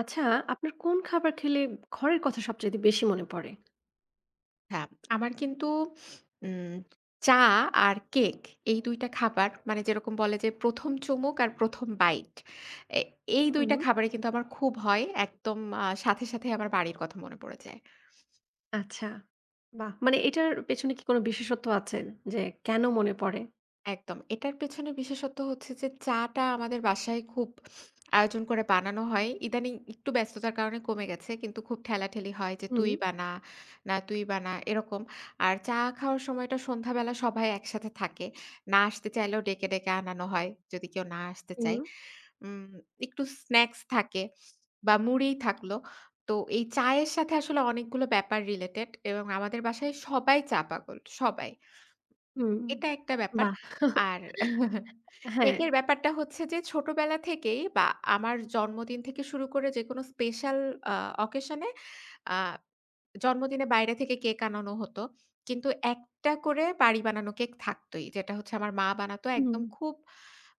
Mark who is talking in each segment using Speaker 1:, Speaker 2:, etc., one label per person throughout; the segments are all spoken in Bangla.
Speaker 1: আচ্ছা, আপনার কোন খাবার খেলে ঘরের কথা সবচাইতে বেশি মনে পড়ে?
Speaker 2: হ্যাঁ, আমার কিন্তু উম চা আর কেক এই ২ টা খাবার মানে যেরকম বলে যে ১ম চুমুক আর ১ম বাইট এ এই ২ টা
Speaker 1: হুম।
Speaker 2: খাবারই কিন্তু আমার খুব হয়। একদম সাথে, সাথে আমার বাড়ির কথা মনে পড়ে যায়।
Speaker 1: আচ্ছা, বাহ! মানে এটার পেছনে কি কোনো বিশেষত্ব আছে? যে কেন মনে পড়ে?
Speaker 2: একদম। এটার পেছনে বিশেষত হচ্ছে যে চাটা আমাদের বাসায় খুব আয়োজন করে বানানো হয়। ইদানিং একটু ব্যস্ততার কারণে কমে গেছে। কিন্তু খুব ঠেলাঠেলি হয় যে
Speaker 1: হুম।
Speaker 2: তুই বানা, না তুই বানা এরকম। আর চা খাওয়ার সময়টা সন্ধ্যাবেলা সবাই একসাথে থাকে। না আসতে চাইলেও ডেকে, ডেকে আনানো হয় যদি কেউ না আসতে
Speaker 1: হুম,
Speaker 2: চায়। উম একটু স্ন্যাকস থাকে বা মুড়ি থাকলো। তো এই চায়ের সাথে আসলে অনেকগুলো ব্যাপার রিলেটেড এবং আমাদের বাসায় সবাই চা পাগল, সবাই।
Speaker 1: হুম,
Speaker 2: এটা একটা ব্যাপার।
Speaker 1: বাহ!
Speaker 2: আর
Speaker 1: হ্যাঁ,
Speaker 2: কেকের ব্যাপারটা হচ্ছে যে ছোটবেলা থেকেই বা আমার জন্মদিন থেকে শুরু করে যেকোনো স্পেশাল আ অকেশন এ আ জন্মদিনে বাইরে থেকে কেক আনানো হতো। কিন্তু একটা করে বাড়ি বানানো কেক থাকতই। যেটা হচ্ছে আমার মা বানাতো
Speaker 1: হুম।
Speaker 2: একদম খুব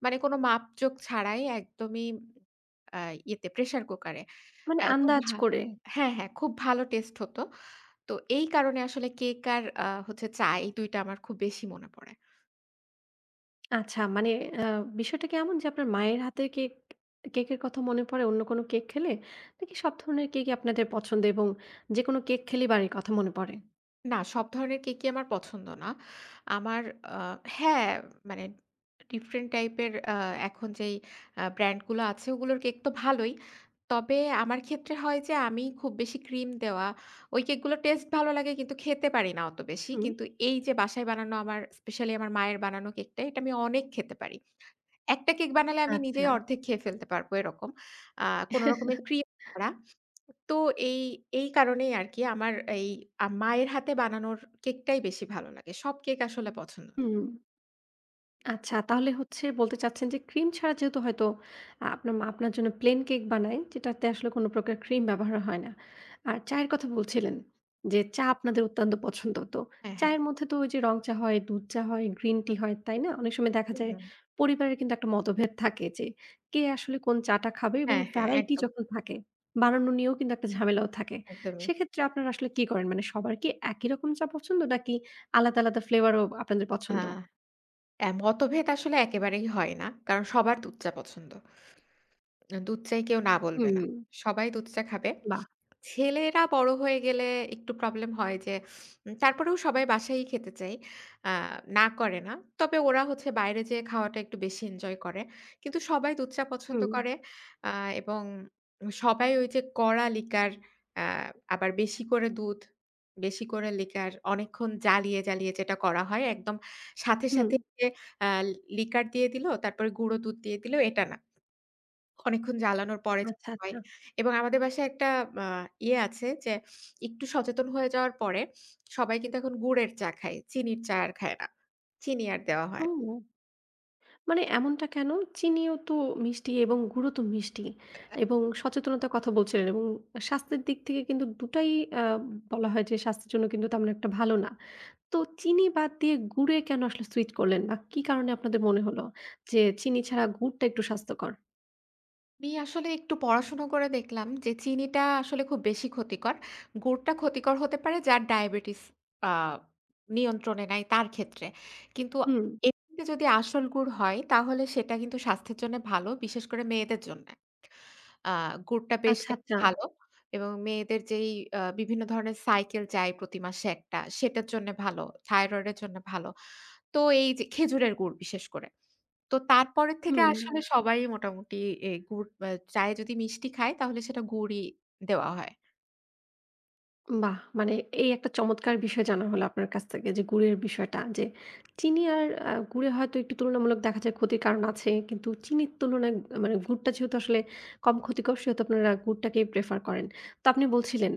Speaker 2: মানে কোনো মাপজোক ছাড়াই একদমই আ ইয়েতে প্রেশার কুকারে।
Speaker 1: মানে
Speaker 2: আ খুব
Speaker 1: আন্দাজ
Speaker 2: ভা
Speaker 1: করে।
Speaker 2: হ্যাঁ, হ্যাঁ, খুব ভালো টেস্ট হতো। তো এই কারণে আসলে কেক আর হচ্ছে চা এই ২ টা আমার খুব বেশি মনে পড়ে।
Speaker 1: আচ্ছা, মানে আ বিষয়টা কেমন যে আপনার মায়ের হাতের কেকের কথা মনে পড়ে অন্য কোনো কেক খেলে? নাকি সব ধরনের কেকই আপনাদের পছন্দ এবং যেকোনো কেক খেলেই বাড়ির কথা মনে পড়ে?
Speaker 2: না, সব ধরনের কেকই আমার পছন্দ না। আমার আ হ্যাঁ, মানে ডিফারেন্ট টাইপের এখন যেই ব্র্যান্ড গুলো আছে ওগুলোর কেক তো ভালোই। তবে আমার ক্ষেত্রে হয় যে আমি খুব বেশি ক্রিম দেওয়া, ওই কেকগুলো টেস্ট ভালো লাগে কিন্তু খেতে পারি না অত বেশি।
Speaker 1: হুম।
Speaker 2: কিন্তু এই যে বাসায় বানানো আমার স্পেশালি আমার মায়ের বানানো কেকটা এটা আমি অনেক খেতে পারি। একটা কেক বানালে আমি নিজেই
Speaker 1: আচ্ছা,
Speaker 2: অর্ধেক খেয়ে ফেলতে পারবো এরকম। আ কোন রকমের ক্রিম করা। তো এই, এই কারণেই আরকি আমার এই আ মায়ের হাতে বানানোর কেকটাই বেশি ভালো লাগে। সব কেক আসলে পছন্দ না।
Speaker 1: হুম। আচ্ছা তাহলে হচ্ছে বলতে চাচ্ছেন যে ক্রিম ছাড়া যেহেতু হয়তো আপনার মা আপনার জন্য প্লেন কেক বানায় যেটাতে আসলে কোনো প্রকার ক্রিম ব্যবহার হয় না। আর চায়ের কথা বলছিলেন যে চা আপনাদের অত্যন্ত পছন্দ। তো
Speaker 2: হ্যাঁ, হ্যাঁ।
Speaker 1: চায়ের মধ্যে তো ওই যে রং চা হয়, দুধ চা হয়, গ্রিন টি
Speaker 2: হুম,
Speaker 1: হয়, তাই না? অনেক সময় দেখা
Speaker 2: হুম,
Speaker 1: যায়
Speaker 2: হুম।
Speaker 1: পরিবারের কিন্তু একটা মতভেদ থাকে যে কে আসলে কোন চাটা খাবে এবং
Speaker 2: হ্যাঁ, হ্যাঁ,
Speaker 1: ভ্যারাইটি
Speaker 2: একদম,
Speaker 1: যখন থাকে বানানো নিয়েও কিন্তু একটা ঝামেলাও থাকে।
Speaker 2: একদমই।
Speaker 1: সেক্ষেত্রে আপনারা আসলে কি করেন? মানে সবার কি একই রকম চা পছন্দ নাকি আলাদা, আলাদা ফ্লেভারও আপনাদের
Speaker 2: আ
Speaker 1: পছন্দ?
Speaker 2: অ্যা মতভেদ আসলে একেবারেই হয় না। কারণ সবার দুধ চা পছন্দ। দুধ চায়ে কেউ না বলবে
Speaker 1: হুম,
Speaker 2: না। সবাই দুধ চা খাবে।
Speaker 1: বাহ!
Speaker 2: ছেলেরা বড় হয়ে গেলে একটু প্রবলেম হয় যে তারপরেও সবাই বাসায়ই খেতে চাই। আ না করে না। তবে ওরা হচ্ছে বাইরে যেয়ে খাওয়াটা একটু বেশি এনজয় করে। কিন্তু সবাই দুধ চা পছন্দ
Speaker 1: হুম,
Speaker 2: করে। আ এবং সবাই ওই যে কড়া লিকার, আ আবার বেশি করে দুধ, বেশি করে লিকার অনেকক্ষণ জ্বালিয়ে, জ্বালিয়ে যেটা করা হয় একদম সাথে,
Speaker 1: হুম।
Speaker 2: সাথে যে আ লিকার দিয়ে দিল, তারপরে গুঁড়ো দুধ দিয়ে দিল এটা না। অনেকক্ষণ জ্বালানোর পরে
Speaker 1: আচ্ছা,
Speaker 2: যেটা হয়
Speaker 1: আচ্ছা।
Speaker 2: এবং আমাদের বাসায় একটা আ ইয়ে আছে যে একটু সচেতন হয়ে যাওয়ার পরে সবাই কিন্তু এখন গুড়ের চা খায়। চিনির চা আর খায় না। চিনি আর দেওয়া হয় না।
Speaker 1: ও! মানে এমনটা কেন? চিনিও তো মিষ্টি এবং গুড়ও তো মিষ্টি এবং সচেতনতার কথা বলছিলেন এবং স্বাস্থ্যের দিক থেকে কিন্তু দুটাই আ বলা হয় যে স্বাস্থ্যের জন্য কিন্তু তেমন একটা ভালো না। তো চিনি বাদ দিয়ে গুড়ে কেন আসলে সুইট করলেন বা কি কারণে আপনাদের মনে হলো যে চিনি ছাড়া গুড়টা একটু স্বাস্থ্যকর?
Speaker 2: আমি আসলে একটু পড়াশোনা করে দেখলাম যে চিনিটা আসলে খুব বেশি ক্ষতিকর। গুড়টা ক্ষতিকর হতে পারে যার ডায়াবেটিস আ নিয়ন্ত্রণে নাই তার ক্ষেত্রে। কিন্তু
Speaker 1: হুম,
Speaker 2: এমনিতে যদি আসল গুড় হয় তাহলে সেটা কিন্তু স্বাস্থ্যের জন্য ভালো, বিশেষ করে মেয়েদের জন্য। আ গুড়টা বেশ
Speaker 1: আচ্ছা,
Speaker 2: নাকি
Speaker 1: আচ্ছা।
Speaker 2: ভালো এবং মেয়েদের যেই বিভিন্ন ধরনের সাইকেল যায় প্রতি মাসে একটা, সেটার জন্যে ভালো, থাইরয়েডের জন্য ভালো। তো এই যে খেজুরের গুড় বিশেষ করে। তো তারপরের থেকে
Speaker 1: হুম।
Speaker 2: আসলে সবাই মোটামুটি এ গুড় চায়ে যদি মিষ্টি খায় তাহলে সেটা গুড়ই দেওয়া হয়।
Speaker 1: বাহ! মানে এই একটা চমৎকার বিষয় জানা হলো আপনার কাছ থেকে যে গুড়ের বিষয়টা। যে চিনি আর গুড়ে হয়তো একটু তুলনামূলক দেখা যায় ক্ষতির কারণ আছে। কিন্তু চিনির তুলনায় আহ, মানে গুড়টা যেহেতু আসলে কম ক্ষতিকর সেহেতু আপনারা গুড়টাকেই প্রেফার করেন। তো আপনি বলছিলেন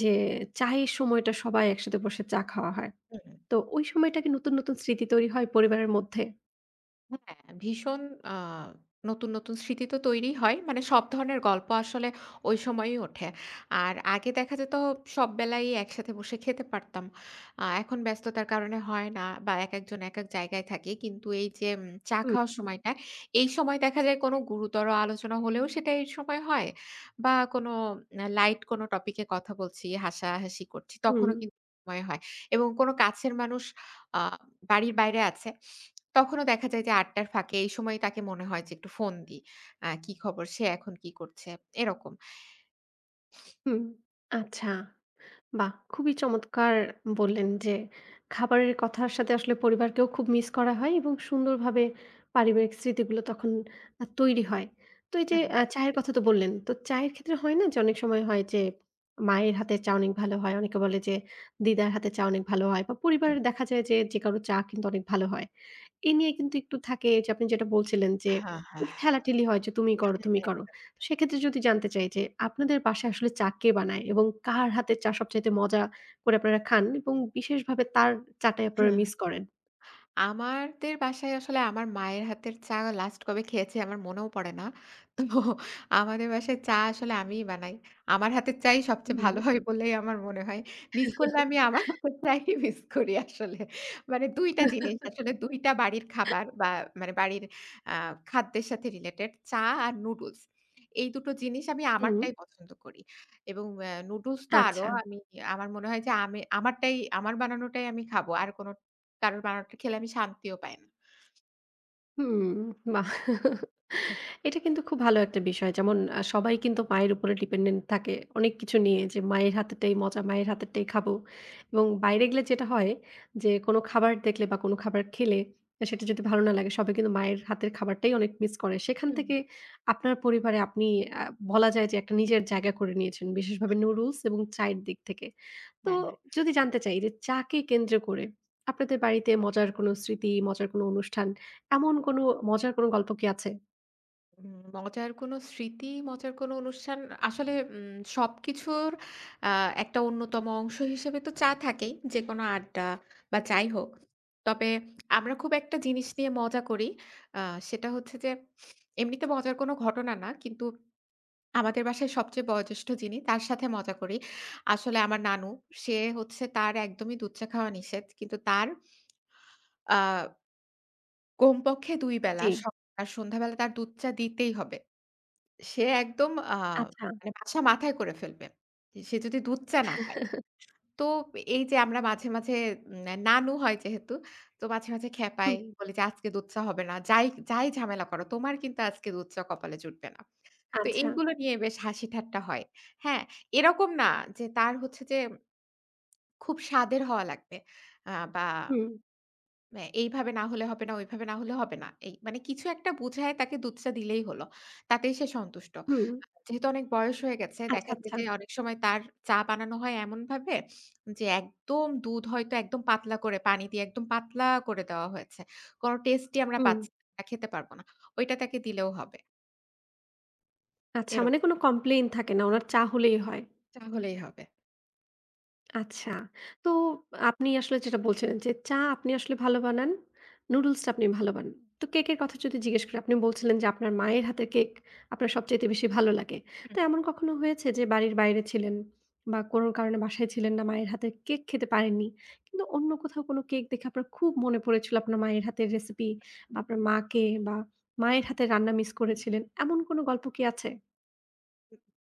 Speaker 1: যে চায়ের সময়টা সবাই একসাথে বসে চা খাওয়া হয়।
Speaker 2: হুম।
Speaker 1: তো ওই সময়টা কি নতুন, নতুন স্মৃতি তৈরি হয় পরিবারের মধ্যে?
Speaker 2: হ্যাঁ, ভীষণ আ নতুন, নতুন স্মৃতি তো তৈরি হয়। মানে সব ধরনের গল্প আসলে ওই সময়ই ওঠে। আর আগে দেখা যেত সব বেলাই একসাথে বসে খেতে পারতাম। এখন ব্যস্ততার কারণে হয় না বা একেকজন একেক জায়গায় থাকি। কিন্তু এই যে চা
Speaker 1: হুম,
Speaker 2: খাওয়ার সময়টা, এই সময় দেখা যায় কোনো গুরুতর আলোচনা হলেও সেটা এই সময় হয় বা কোনো লাইট কোনো টপিকে কথা বলছি, হাসাহাসি করছি
Speaker 1: হুম,
Speaker 2: তখনও কিন্তু সময় হয় এবং কোনো কাছের মানুষ আ বাড়ির বাইরে আছে। তখনও দেখা যায় যে আড্ডার ফাঁকে এই সময় তাকে মনে হয় যে একটু ফোন দিই। কি খবর? সে এখন কি করছে? এরকম।
Speaker 1: হুম। আচ্ছা। বাহ! খুবই চমৎকার বললেন যে, খাবারের কথার সাথে আসলে পরিবারকেও খুব মিস করা হয় এবং সুন্দরভাবে পারিবারিক স্মৃতিগুলো তখন তৈরি হয়। তো এই যে
Speaker 2: একদম।
Speaker 1: চায়ের কথা তো বললেন। তো চায়ের ক্ষেত্রে হয় না যে অনেক সময় হয় যে মায়ের হাতের চা অনেক ভালো হয়। অনেকে বলে যে দিদার হাতের চা অনেক ভালো হয় বা
Speaker 2: হুম।
Speaker 1: পরিবারের দেখা যায় যে কারো চা কিন্তু অনেক ভালো হয়। এ নিয়ে কিন্তু একটু থাকে যে আপনি যেটা বলছিলেন যে
Speaker 2: হ্যাঁ, হ্যাঁ,
Speaker 1: একটু ঠেলাঠেলি হয় যে তুমি করো, তুমি করো। তো সেক্ষেত্রে যদি জানতে চাই যে আপনাদের বাসায় আসলে চা কে বানায় এবং কার হাতের চা সবচাইতে মজা করে আপনারা খান এবং বিশেষভাবে তার চাটাই আপনারা
Speaker 2: হ্যাঁ।
Speaker 1: মিস করেন?
Speaker 2: আমাদের বাসায় আসলে আমার মায়ের হাতের চা লাস্ট কবে খেয়েছি আমার মনেও পড়ে না। তো আমাদের বাসায় চা আসলে আমিই বানাই। আমার হাতের চাই সবচেয়ে
Speaker 1: হুম।
Speaker 2: ভালো হয় বলেই আমার মনে হয়। মিস করলে আমি আমার হাতের চাই মিস করি আসলে। মানে ২
Speaker 1: হুম,
Speaker 2: টা জিনিস আসলে ২ টা বাড়ির খাবার বা মানে বাড়ির আ খাদ্যের সাথে রিলেটেড চা আর নুডলস। এই দুটো জিনিস আমি আমারটাই পছন্দ করি। এবং অ্যা নুডলস তো আরো
Speaker 1: আচ্ছা।
Speaker 2: আমি আমার মনে হয় যে আমি আমারটাই আমার বানানোটাই আমি খাবো। আর কোন কারোর বানানোটা খেলে আমি শান্তিও পাই না।
Speaker 1: হুম, বাহ! এটা কিন্তু খুব ভালো একটা বিষয়। যেমন সবাই কিন্তু মায়ের উপরে ডিপেন্ডেন্ট থাকে অনেক কিছু নিয়ে যে মায়ের হাতেরটাই মজা, মায়ের হাতেরটাই খাবো। এবং বাইরে গেলে যেটা হয় যে কোনো খাবার দেখলে বা কোনো খাবার খেলে সেটা যদি ভালো না লাগে সবাই কিন্তু মায়ের হাতের খাবারটাই অনেক মিস করে। সেখান
Speaker 2: হুম।
Speaker 1: থেকে আপনার পরিবারে আপনি আ বলা যায় যে একটা নিজের জায়গা করে নিয়েছেন। বিশেষভাবে নুডলস এবং চায়ের দিক থেকে। তো
Speaker 2: হ্যাঁ, হ্যাঁ।
Speaker 1: যদি জানতে চাই যে চাকে কেন্দ্র করে আপনাদের বাড়িতে মজার কোনো স্মৃতি, মজার কোনো অনুষ্ঠান এমন কোনো মজার কোনো গল্প কি আছে?
Speaker 2: উম মজার কোনো স্মৃতি, মজার কোনো অনুষ্ঠান আসলে সবকিছুর আ একটা অন্যতম অংশ হিসেবে তো চা থাকেই। যেকোনো আড্ডা বা যাই হোক। তবে আমরা খুব একটা জিনিস নিয়ে মজা করি। আ সেটা হচ্ছে যে এমনিতে মজার কোনো ঘটনা না। কিন্তু আমাদের বাসায় সবচেয়ে বয়োজ্যেষ্ঠ যিনি তার সাথে মজা করি। আসলে আমার নানু সে হচ্ছে তার একদমই দুধ চা খাওয়া নিষেধ। কিন্তু তার আ কমপক্ষে ২ বেলা
Speaker 1: জি।
Speaker 2: সকাল আর সন্ধ্যাবেলা তার দুধটা দিতেই হবে। সে একদম
Speaker 1: আচ্ছা।
Speaker 2: মানে বাসা মাথায় করে ফেলবে। সে যদি দুধ চা না পায়। তো এই যে আমরা মাঝে, মাঝে নানু হয় যেহেতু, তো মাঝে, মাঝে খেপাই।
Speaker 1: হুম,
Speaker 2: বলি যে, "আজকে দুধ চা হবে না। যাই, যাই ঝামেলা করো, তোমার কিন্তু আজকে দুধ চা কপালে জুটবে না।" তো
Speaker 1: আচ্ছা।
Speaker 2: এইগুলো নিয়ে বেশ হাসি-ঠাট্টা হয়। হ্যাঁ, এরকম না যে তার হচ্ছে যে খুব স্বাদের হওয়া লাগবে। বা
Speaker 1: হুম,
Speaker 2: এইভাবে না হলে হবে না, ওইভাবে না হলে হবে না। এই মানে কিছু একটা বুঝায় তাকে দুধটা দিলেই হলো। তাতেই সে সন্তুষ্ট।
Speaker 1: হুম।
Speaker 2: যেহেতু অনেক বয়স হয়ে গেছে,
Speaker 1: আচ্ছা,
Speaker 2: দেখা যায়
Speaker 1: আচ্ছা।
Speaker 2: যে অনেক সময় তার চা বানানো হয় এমনভাবে যে একদম দুধ হয়তো একদম পাতলা করে পানি দিয়ে একদম পাতলা করে দেওয়া হয়েছে। কোনো টেস্টই আমরা
Speaker 1: হুম।
Speaker 2: পাচ্ছি না, খেতে পারব না। ওইটা তাকে দিলেও হবে।
Speaker 1: আচ্ছা
Speaker 2: এরকম।
Speaker 1: মানে কোনো কমপ্লেইন থাকে না। উনার চা হলেই হয়।
Speaker 2: চা হলেই হবে।
Speaker 1: আচ্ছা। তো আপনি আসলে যেটা বলছিলেন যে, চা আপনি আসলে ভালো বানান, নুডলসটা আপনি ভালো বানান। তো কেকের কথা যদি জিজ্ঞেস করি, আপনি বলছিলেন যে আপনার মায়ের হাতের কেক আপনার সবচাইতে বেশি ভালো লাগে। তো
Speaker 2: হুম।
Speaker 1: এমন কখনো হয়েছে যে বাড়ির বাইরে ছিলেন বা কোনো কারণে বাসায় ছিলেন না, মায়ের হাতের কেক খেতে পারেননি। কিন্তু অন্য কোথাও কোনো কেক দেখে আপনার খুব মনে পড়েছিল আপনার মায়ের হাতের রেসিপি বা আপনার মাকে বা মায়ের হাতের রান্না মিস করেছিলেন। এমন কোনো গল্প কি আছে?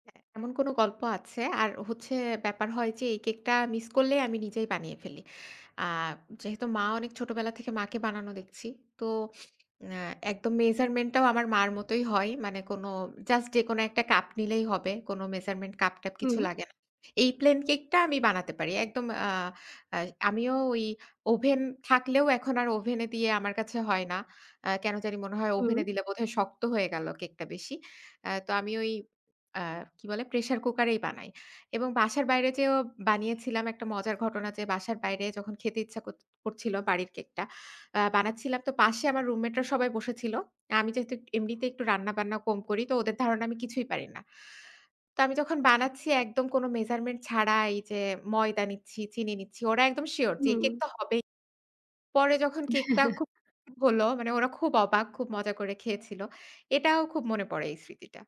Speaker 2: হ্যাঁ, এমন কোনো গল্প আছে। আর হচ্ছে ব্যাপার হয় যে এই কেকটা মিস করলেই আমি নিজেই বানিয়ে ফেলি। আ যেহেতু মা অনেক ছোটবেলা থেকে মাকে বানানো দেখছি। তো আ একদম মেজারমেন্টটাও আমার মার মতোই হয়। মানে কোনো জাস্ট যেকোনো একটা কাপ নিলেই হবে। কোনো মেজারমেন্ট কাপ-টাপ
Speaker 1: হুম,
Speaker 2: কিছু লাগে না। এই প্লেন কেকটা আমি বানাতে পারি। একদম আ আ আমিও ওই ওভেন থাকলেও এখন আর ওভেনে দিয়ে আমার কাছে হয় না। কেন জানি মনে হয়
Speaker 1: হুম।
Speaker 2: ওভেনে দিলে বোধহয় শক্ত হয়ে গেল কেকটা বেশি। তো আমি ওই আ কি বলে? প্রেশার কুকারেই বানাই। এবং বাসার বাইরে যেয়েও বানিয়েছিলাম। একটা মজার ঘটনা যে বাসার বাইরে যখন খেতে ইচ্ছা করছিল বাড়ির কেকটা, বানাচ্ছিলাম তো পাশে আমার রুমমেটরা সবাই বসেছিল। আমি যেহেতু এমনিতে একটু রান্না-বান্না কম করি তো ওদের ধারণা আমি কিছুই পারি না। তো আমি যখন
Speaker 1: আচ্ছা,
Speaker 2: বানাচ্ছি একদম কোনো মেজারমেন্ট ছাড়া এই যে ময়দা নিচ্ছি, চিনি নিচ্ছি। ওরা একদম শিওর যে এই
Speaker 1: হুম।
Speaker 2: কেক তো হবেই। পরে যখন কেকটা খুব হলো মানে ওরা খুব অবাক, খুব মজা করে খেয়েছিল। এটাও খুব মনে পড়ে এই স্মৃতিটা।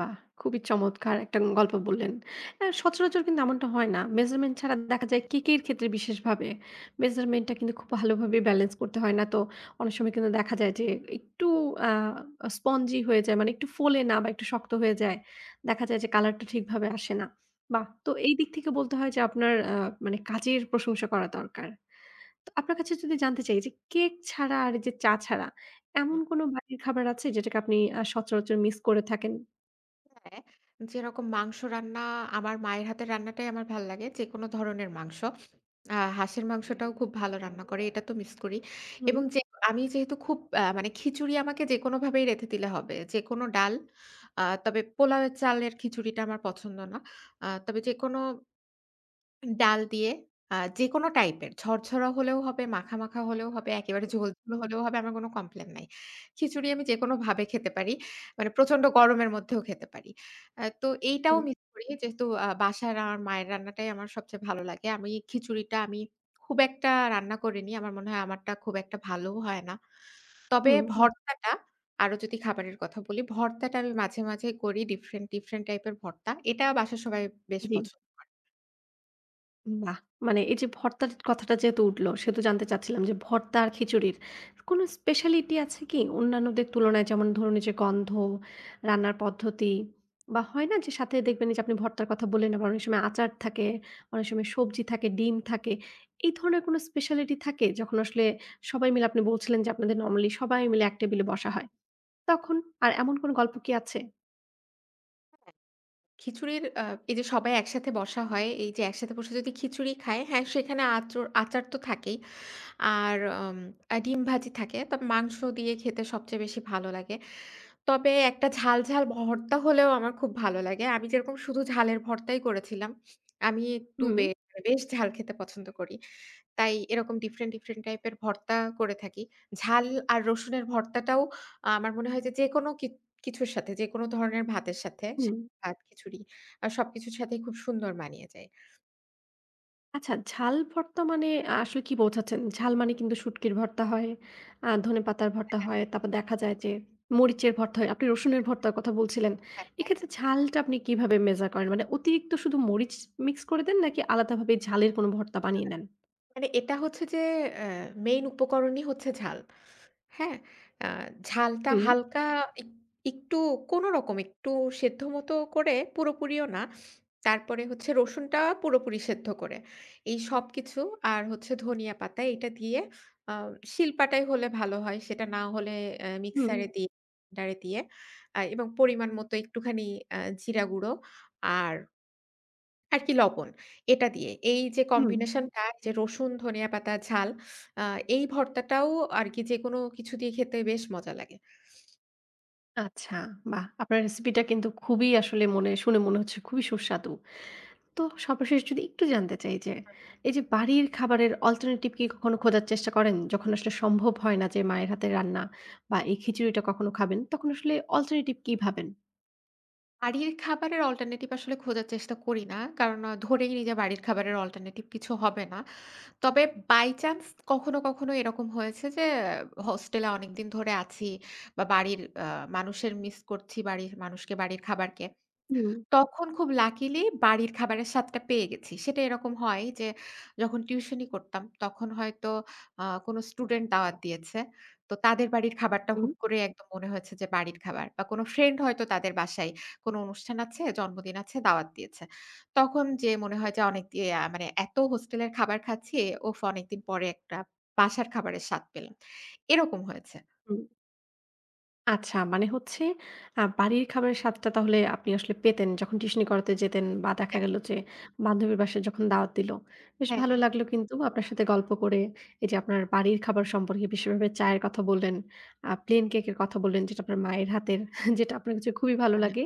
Speaker 1: বাহ! খুবই চমৎকার একটা গল্প বললেন। অ্যা সচরাচর কিন্তু এমনটা হয় না। মেজারমেন্ট ছাড়া দেখা যায় কেকের ক্ষেত্রে বিশেষভাবে মেজারমেন্টটা কিন্তু খুব ভালোভাবে ব্যালেন্স করতে হয়। না তো অনেক সময় কিন্তু দেখা যায় যে একটু আ স্পঞ্জি হয়ে যায় মানে একটু ফোলে না বা একটু শক্ত হয়ে যায়। দেখা যায় যে কালারটা ঠিকভাবে আসে না। বাহ! তো এই দিক থেকে বলতে হয় যে আপনার মানে কাজের প্রশংসা করা দরকার। তো আপনার কাছে যদি জানতে চাই যে কেক ছাড়া আর এই যে চা ছাড়া এমন কোনো বাড়ির খাবার আছে যেটাকে আপনি সচরাচর মিস করে থাকেন?
Speaker 2: হ্যাঁ, যেরকম মাংস রান্না আমার মায়ের হাতের রান্নাটাই আমার ভাল লাগে। যেকোনো ধরনের মাংস। হাঁসের মাংসটাও খুব ভালো রান্না করে। এটা তো মিস করি।
Speaker 1: হুম।
Speaker 2: এবং যে আমি যেহেতু খুব মানে খিচুড়ি আমাকে যেকোনোভাবেই রেঁধে দিলে হবে। যেকোনো ডাল। তবে পোলাওয়ের চালের খিচুড়িটা আমার পছন্দ না। তবে যেকোনো ডাল দিয়ে যেকোনো টাইপের ঝরঝরা হলেও হবে, মাখা, মাখা হলেও হবে, একেবারে ঝোল, ঝোল হলেও হবে। আমার কোনো কমপ্লেন নাই। খিচুড়ি আমি যেকোনোভাবে খেতে পারি। মানে প্রচন্ড গরমের মধ্যেও খেতে পারি। তো এইটাও
Speaker 1: হুম,
Speaker 2: মিস করি যেহেতু বাসার আমার মায়ের রান্নাটাই আমার সবচেয়ে ভালো লাগে। আমি খিচুড়িটা আমি খুব একটা রান্না করিনি। আমার মনে হয় আমারটা খুব একটা ভালোও হয় না। তবে
Speaker 1: হুম,
Speaker 2: হুম। ভর্তাটা আরো যদি খাবারের কথা বলি, ভর্তাটা আমি মাঝে, মাঝে করি। ডিফরেন্ট, ডিফরেন্ট টাইপের ভর্তা। এটা বাসার সবাই বেশ
Speaker 1: জি।
Speaker 2: পছন্দ
Speaker 1: বাহ! মানে এই যে ভর্তার কথাটা যেহেতু উঠলো, সেহেতু জানতে চাচ্ছিলাম যে ভর্তা আর খিচুড়ির কোনো স্পেশালিটি আছে কি? অন্যান্যদের তুলনায় যেমন ধরুন এই যে গন্ধ, রান্নার পদ্ধতি বা হয় না যে সাথে দেখবেন এই যে আপনি ভর্তার কথা বললেন, আবার অনেক সময় আচার থাকে, অনেক সময় সবজি থাকে, ডিম থাকে। এই ধরনের কোনো স্পেশালিটি থাকে যখন আসলে সবাই মিলে আপনি বলছিলেন যে আপনাদের নরমালি সবাই মিলে এক টেবিলে বসা হয়। তখন আর এমন কোনো গল্প কি আছে?
Speaker 2: খিচুড়ির এই যে সবাই একসাথে বসা হয়, এই যে একসাথে বসে যদি খিচুড়ি খায়, হ্যাঁ, সেখানে আচার তো থাকেই। আর আম আ ডিম ভাজি থাকে। তবে মাংস দিয়ে খেতে সবচেয়ে বেশি ভালো লাগে। তবে একটা ঝাল, ঝাল ভর্তা হলেও আমার খুব ভালো লাগে। আমি যেরকম শুধু ঝালের ভর্তাই করেছিলাম। আমি একটু
Speaker 1: হুম,
Speaker 2: মানে বেশ ঝাল খেতে পছন্দ করি। তাই এরকম ডিফারেন্ট, ডিফারেন্ট টাইপের ভর্তা করে থাকি। ঝাল আর রসুনের ভর্তাটাও আমার মনে হয় যে, যেকোনো কিছুর সাথে, যেকোনো ধরনের ভাতের সাথে,
Speaker 1: হুম।
Speaker 2: সাদা ভাত, খিচুড়ি সবকিছুর সাথেই খুব সুন্দর মানিয়ে যায়।
Speaker 1: আচ্ছা, ঝাল ভর্তা মানে আসলে কি বোঝাচ্ছেন? ঝাল মানে কিন্তু শুটকির ভর্তা হয়, ধনেপাতার ভর্তা
Speaker 2: হ্যাঁ,
Speaker 1: হয়, তারপর দেখা যায় যে মরিচের ভর্তা হয়। আপনি রসুনের ভর্তার কথা বলছিলেন।
Speaker 2: হ্যাঁ, হ্যাঁ।
Speaker 1: এক্ষেত্রে ঝালটা আপনি কিভাবে মেজার করেন? মানে অতিরিক্ত শুধু মরিচ মিক্স করে দেন নাকি আলাদাভাবে ঝালের কোনো ভর্তা বানিয়ে নেন?
Speaker 2: মানে এটা হচ্ছে যে, অ্যা মেইন উপকরণই হচ্ছে ঝাল। হ্যাঁ, আ ঝালটা
Speaker 1: হুম,
Speaker 2: হালকা এক একটু কোনরকম একটু সেদ্ধ মতো করে পুরোপুরিও না। তারপরে হচ্ছে রসুনটা পুরোপুরি সেদ্ধ করে। এই সবকিছু আর হচ্ছে ধনিয়া পাতা এটা দিয়ে আ শিলপাটায় হলে ভালো হয়। সেটা না হলে
Speaker 1: হুম,
Speaker 2: মিক্সারে দিয়ে গ্রাইন্ডারে দিয়ে এবং পরিমাণ মতো একটুখানি জিরা গুঁড়ো আর আর কি লবণ। এটা দিয়ে এই যে হুম।
Speaker 1: হুম।
Speaker 2: কম্বিনেশন টা যে রসুন, ধনিয়া পাতা, ঝাল আ এই ভর্তাটাও আর কি যেকোনো কিছু দিয়ে খেতে বেশ মজা লাগে।
Speaker 1: আচ্ছা, বাহ! আপনার রেসিপিটা কিন্তু খুবই আসলে শুনে মনে হচ্ছে খুবই সুস্বাদু। তো সর্বশেষ যদি একটু জানতে চাই যে, এই যে বাড়ির খাবারের অল্টারনেটিভ কি কখনো খোঁজার চেষ্টা করেন? যখন আসলে সম্ভব হয় না যে মায়ের হাতের রান্না বা এই খিচুড়িটা কখনো খাবেন, তখন আসলে অল্টারনেটিভ কি ভাবেন?
Speaker 2: বাড়ির খাবারের অল্টারনেটিভ আসলে খোঁজার চেষ্টা করি না। কারণ ধরেই নিই যে বাড়ির খাবারের অল্টারনেটিভ কিছু হবে না। তবে বাই চান্স কখনো, কখনো এরকম হয়েছে যে হোস্টেলে অনেকদিন ধরে আছি বা বাড়ির আ মানুষের মিস করছি, বাড়ির মানুষকে, বাড়ির খাবারকে।
Speaker 1: হুম,
Speaker 2: তখন খুব লাকিলি বাড়ির খাবারের স্বাদটা পেয়ে গেছি। সেটা এরকম হয় যে যখন টিউশনি করতাম তখন হয়তো কোনো স্টুডেন্ট দাওয়াত দিয়েছে। তো তাদের বাড়ির খাবারটা
Speaker 1: হুম,
Speaker 2: হুট করে একদম মনে হয়েছে যে বাড়ির খাবার বা কোনো ফ্রেন্ড হয়তো তাদের বাসায় কোনো অনুষ্ঠান আছে, জন্মদিন আছে, দাওয়াত দিয়েছে। তখন যেয়ে মনে হয় যে অনেক দিয়ে মানে এত হোস্টেলের খাবার খাচ্ছি, ওফ! অনেকদিন পরে একটা বাসার খাবারের স্বাদ পেলাম। এরকম হয়েছে।
Speaker 1: হুম। আচ্ছা, মানে হচ্ছে বাড়ির খাবারের স্বাদটা তাহলে আপনি আসলে পেতেন যখন টিউশনি করাতে যেতেন বা দেখা
Speaker 2: হ্যাঁ,
Speaker 1: গেল যে বান্ধবীর বাসায় যখন দাওয়াত দিল। বেশ
Speaker 2: হ্যাঁ,
Speaker 1: ভালো
Speaker 2: হ্যাঁ,
Speaker 1: লাগলো কিন্তু আপনার সাথে গল্প করে। এই যে আপনার বাড়ির খাবার সম্পর্কে বিশেষভাবে চায়ের কথা বললেন, প্লেন কেকের কথা বললেন যেটা আপনার মায়ের হাতের যেটা আপনার কাছে খুবই ভালো
Speaker 2: হ্যাঁ, হ্যাঁ।
Speaker 1: লাগে।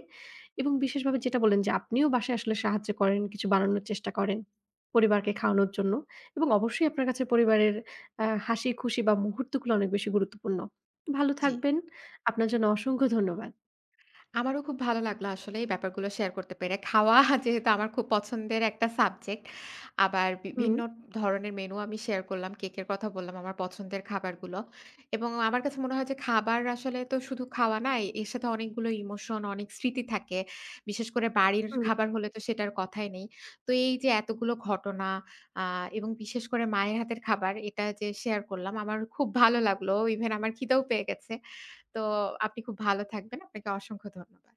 Speaker 1: এবং বিশেষভাবে যেটা বললেন যে আপনিও বাসায় আসলে সাহায্য করেন, কিছু বানানোর চেষ্টা করেন পরিবারকে খাওয়ানোর জন্য। এবং অবশ্যই আপনার কাছে পরিবারের হাসি খুশি বা মুহূর্তগুলো অনেক বেশি গুরুত্বপূর্ণ। ভালো
Speaker 2: জি।
Speaker 1: থাকবেন। আপনার জন্য অসংখ্য ধন্যবাদ।
Speaker 2: আমারও খুব ভালো লাগলো আসলে এই ব্যাপারগুলো শেয়ার করতে পেরে। খাওয়া যেহেতু আমার খুব পছন্দের একটা সাবজেক্ট। আবার
Speaker 1: হুম।
Speaker 2: বিভিন্ন ধরনের মেনু আমি শেয়ার করলাম। কেকের কথা বললাম, আমার পছন্দের খাবারগুলো। এবং আমার কাছে মনে হয় যে খাবার আসলে তো শুধু খাওয়া না, এর সাথে অনেকগুলো ইমোশন, অনেক স্মৃতি থাকে। বিশেষ করে বাড়ির খাবার হলে তো সেটার কথাই নেই। তো এই যে এতগুলো ঘটনা আ এবং বিশেষ করে মায়ের হাতের খাবার এটা যে শেয়ার করলাম, আমার খুব ভালো লাগলো। ইভেন আমার খিদেও পেয়ে গেছে। তো আপনি খুব ভালো থাকবেন। আপনাকে অসংখ্য ধন্যবাদ।